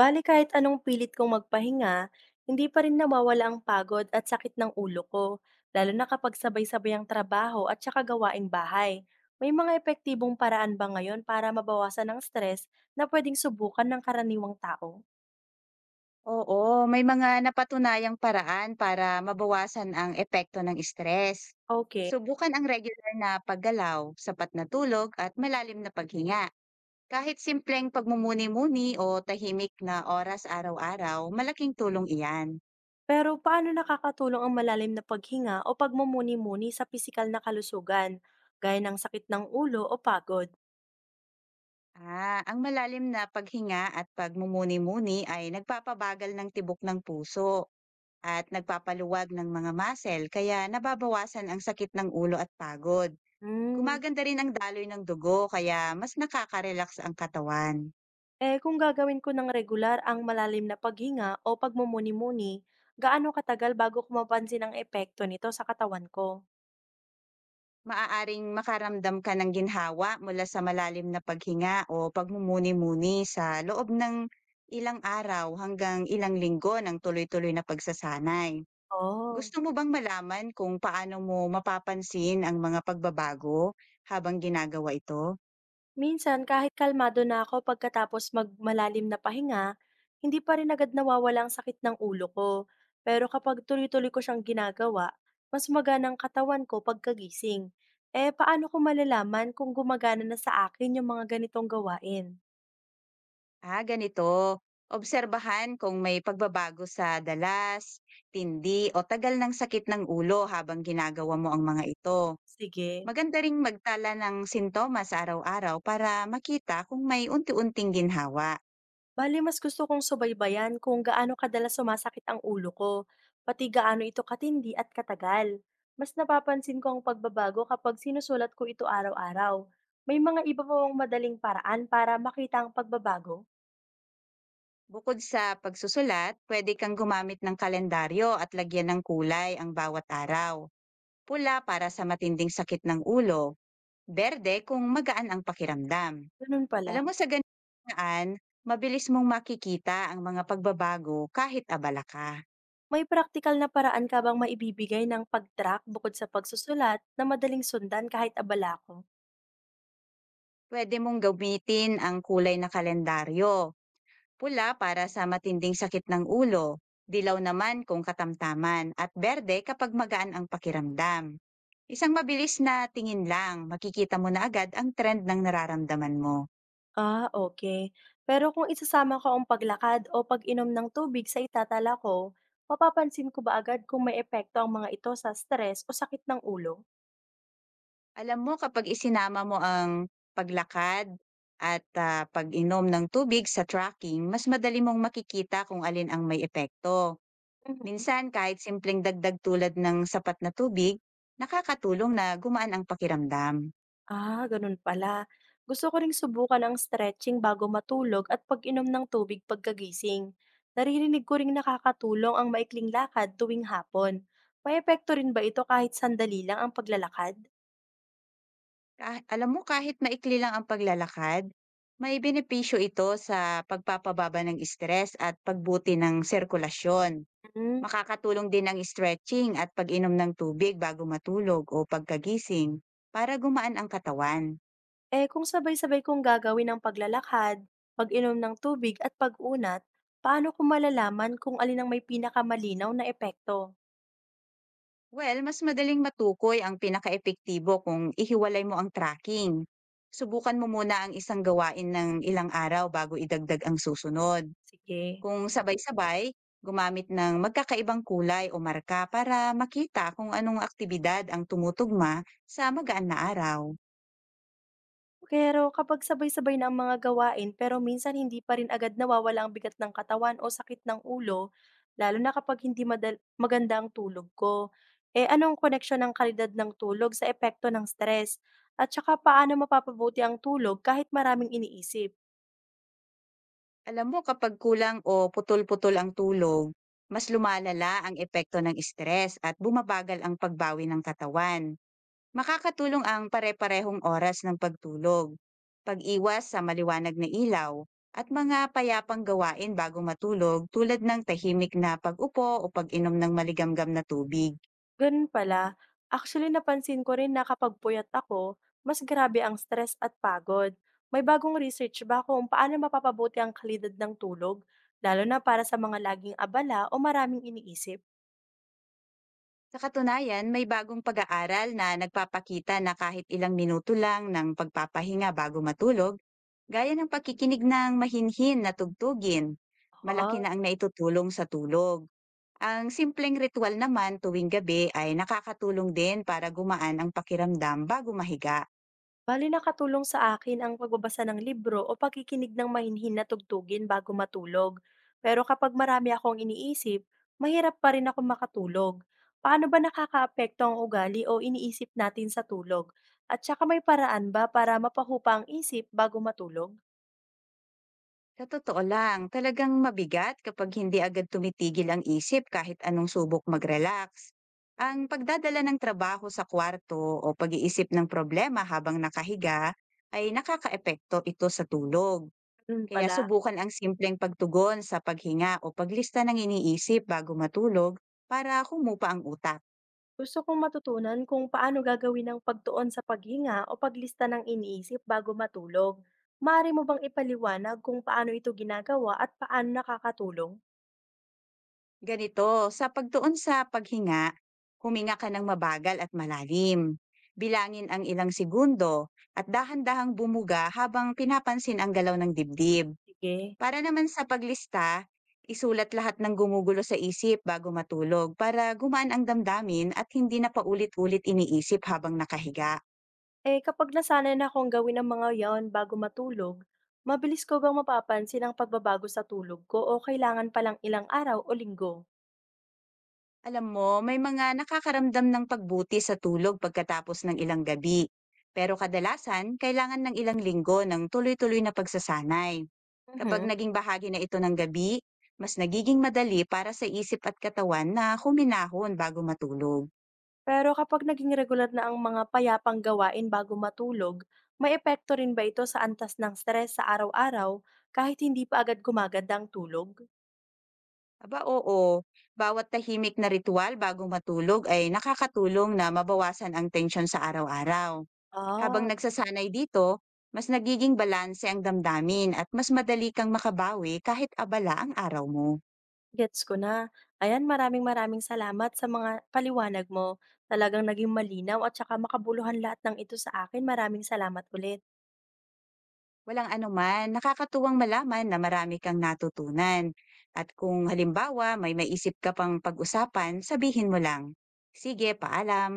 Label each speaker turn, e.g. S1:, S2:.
S1: Bale kahit anong pilit kong magpahinga, hindi pa rin nawawala ang pagod at sakit ng ulo ko, lalo na kapag sabay-sabay ang trabaho at saka gawaing bahay. May mga epektibong paraan ba ngayon para mabawasan ang stress na pwedeng subukan ng karaniwang tao?
S2: Oo, may mga napatunayang paraan para mabawasan ang epekto ng stress.
S1: Okay.
S2: Subukan ang regular na paggalaw, sapat na tulog at malalim na paghinga. Kahit simpleng pagmumuni-muni o tahimik na oras araw-araw, malaking tulong iyan.
S1: Pero paano nakakatulong ang malalim na paghinga o pagmumuni-muni sa pisikal na kalusugan, gaya ng sakit ng ulo o pagod?
S2: Ah, ang malalim na paghinga at pagmumuni-muni ay nagpapabagal ng tibok ng puso at nagpapaluwag ng mga muscle kaya nababawasan ang sakit ng ulo at pagod.
S1: Hmm,
S2: Gumaganda rin ang daloy ng dugo kaya mas nakaka-relax ang katawan.
S1: Eh, kung gagawin ko ng regular ang malalim na paghinga o pagmumuni-muni, gaano katagal bago ko mapansin ang epekto nito sa katawan ko?
S2: Maaaring makaramdam ka ng ginhawa mula sa malalim na paghinga o pagmumuni-muni sa loob ng ilang araw hanggang ilang linggo ng tuloy-tuloy na pagsasanay.
S1: Oh.
S2: Gusto mo bang malaman kung paano mo mapapansin ang mga pagbabago habang ginagawa ito?
S1: Minsan, kahit kalmado na ako pagkatapos magmalalim na pahinga, hindi pa rin agad nawawala ang sakit ng ulo ko. Pero kapag tuloy-tuloy ko siyang ginagawa, mas magana ang katawan ko pagkagising. Eh, paano ko malalaman kung gumagana na sa akin yung mga ganitong gawain?
S2: Ah, ganito. Obserbahan kung may pagbabago sa dalas, tindi o tagal ng sakit ng ulo habang ginagawa mo ang mga ito.
S1: Sige.
S2: Maganda ring magtala ng sintomas araw-araw para makita kung may unti-unting ginhawa.
S1: Bali mas gusto kong subaybayan kung gaano kadalas sumasakit ang ulo ko, pati gaano ito katindi at katagal. Mas napapansin ko ang pagbabago kapag sinusulat ko ito araw-araw. May mga iba pa bang madaling paraan para makita ang pagbabago?
S2: Bukod sa pagsusulat, pwede kang gumamit ng kalendaryo at lagyan ng kulay ang bawat araw. Pula para sa matinding sakit ng ulo, berde kung magaan ang pakiramdam.
S1: Ganun pala.
S2: Alam mo, sa ganitong paraan, mabilis mong makikita ang mga pagbabago kahit abala ka.
S1: May praktikal na paraan ka bang maibibigay ng pag-track bukod sa pagsusulat na madaling sundan kahit abala ko?
S2: Pwede mong gamitin ang kulay na kalendaryo, pula para sa matinding sakit ng ulo, dilaw naman kung katamtaman, at berde kapag magaan ang pakiramdam. Isang mabilis na tingin lang, makikita mo na agad ang trend ng nararamdaman mo.
S1: Ah, okay. Pero kung isasama ko ang paglakad o pag-inom ng tubig sa itatala ko, mapapansin ko ba agad kung may epekto ang mga ito sa stress o sakit ng ulo?
S2: Alam mo, kapag isinama mo ang paglakad at, pag-inom ng tubig sa tracking, mas madali mong makikita kung alin ang may epekto.
S1: Mhm.
S2: Minsan kahit simpleng dagdag tulad ng sapat na tubig, nakakatulong na gumaan ang pakiramdam.
S1: Ah, ganun pala. Gusto ko ring subukan ang stretching bago matulog at pag-inom ng tubig pagkagising. Naririnig ko ring nakakatulong ang maikling lakad tuwing hapon. May epekto rin ba ito kahit sandali lang ang paglalakad?
S2: Ka alam mo, kahit maikli lang ang paglalakad, may benepisyo ito sa pagpapababa ng stress at pagbuti ng sirkulasyon. Makakatulong din ang stretching at pag-inom ng tubig bago matulog o pagkagising para gumaan ang katawan.
S1: Eh kung sabay-sabay kong gagawin ang paglalakad, pag-inom ng tubig at pag-unat, paano ko malalaman kung alin ang may pinakamalinaw na epekto?
S2: Well, mas madaling matukoy ang pinaka-epektibo kung ihiwalay mo ang tracking. Subukan mo muna ang isang gawain ng ilang araw bago idagdag ang susunod.
S1: Sige.
S2: Kung sabay-sabay, gumamit ng magkakaibang kulay o marka para makita kung anong aktibidad ang tumutugma sa magaan na araw.
S1: Pero kapag sabay-sabay na ang mga gawain pero minsan hindi pa rin agad nawawala ang bigat ng katawan o sakit ng ulo, lalo na kapag maganda ang tulog ko, eh anong koneksyon ng kalidad ng tulog sa epekto ng stress? At saka paano mapapabuti ang tulog kahit maraming iniisip?
S2: Alam mo, kapag kulang o putol-putol ang tulog, mas lumalala ang epekto ng stress at bumabagal ang pagbawi ng katawan. Makakatulong ang pare-parehong oras ng pagtulog, pag-iwas sa maliwanag na ilaw, at mga payapang gawain bago matulog tulad ng tahimik na pag-upo o pag-inom ng maligamgam na tubig.
S1: Gano'n pala. Actually, napansin ko rin na kapag puyat ako, mas grabe ang stress at pagod. May bagong research ba kung paano mapapabuti ang kalidad ng tulog, lalo na para sa mga laging abala o maraming iniisip?
S2: Sa katunayan, may bagong pag-aaral na nagpapakita na kahit ilang minuto lang ng pagpapahinga bago matulog, gaya ng pakikinig ng mahinhin na tugtugin, malaki
S1: Oo.
S2: na ang naitutulong sa tulog. Ang simpleng ritual naman tuwing gabi ay nakakatulong din para gumaan ang pakiramdam bago mahiga.
S1: Bale nakatulong sa akin ang pagbabasa ng libro o pagkikinig ng mahinhin na tugtugin bago matulog. Pero kapag marami akong iniisip, mahirap pa rin ako makatulog. Paano ba nakakaapekto ang ugali o iniisip natin sa tulog? At saka may paraan ba para mapahupa ang isip bago matulog?
S2: Sa totoo lang, talagang mabigat kapag hindi agad tumitigil ang isip kahit anong subok mag-relax. Ang pagdadala ng trabaho sa kwarto o pag-iisip ng problema habang nakahiga ay nakakaepekto ito sa tulog.
S1: Ganun
S2: Kaya
S1: pala,
S2: subukan ang simpleng pagtugon sa paghinga o paglista ng iniisip bago matulog para humupa ang utak.
S1: gusto kong matutunan kung paano gagawin ang pagtuon sa paghinga o paglista ng iniisip bago matulog. Maaari mo bang ipaliwanag kung paano ito ginagawa at paano nakakatulong?
S2: Ganito, sa pagtuon sa paghinga, huminga ka ng mabagal at malalim. Bilangin ang ilang segundo at dahan-dahang bumuga habang pinapansin ang galaw ng dibdib.
S1: Sige.
S2: Para naman sa paglista, isulat lahat ng gumugulo sa isip bago matulog para gumaan ang damdamin at hindi na paulit-ulit iniisip habang nakahiga.
S1: Eh, kapag nasanay na akong gawin ang mga yon bago matulog, mabilis ko bang mapapansin ang pagbabago sa tulog ko o kailangan palang ilang araw o linggo?
S2: Alam mo, may mga nakakaramdam ng pagbuti sa tulog pagkatapos ng ilang gabi. Pero kadalasan, kailangan ng ilang linggo ng tuloy-tuloy na pagsasanay. Kapag
S1: Mhm.
S2: naging bahagi na ito ng gabi, mas nagiging madali para sa isip at katawan na huminahon bago matulog.
S1: Pero kapag naging regular na ang mga payapang gawain bago matulog, may epekto rin ba ito sa antas ng stress sa araw-araw kahit hindi pa agad gumaganda ang tulog?
S2: Aba oo, bawat tahimik na ritual bago matulog ay nakakatulong na mabawasan ang tensyon sa araw-araw. Habang
S1: Ah,
S2: nagsasanay dito, mas nagiging balanse ang damdamin at mas madali kang makabawi kahit abala ang araw mo.
S1: gets ko na. Ayan, maraming maraming salamat sa mga paliwanag mo. Talagang naging malinaw at saka makabuluhan lahat ng ito sa akin. Maraming salamat ulit.
S2: Walang anuman, nakakatuwang malaman na marami kang natutunan. At kung halimbawa may maisip ka pang pag-usapan, sabihin mo lang. Sige, paalam.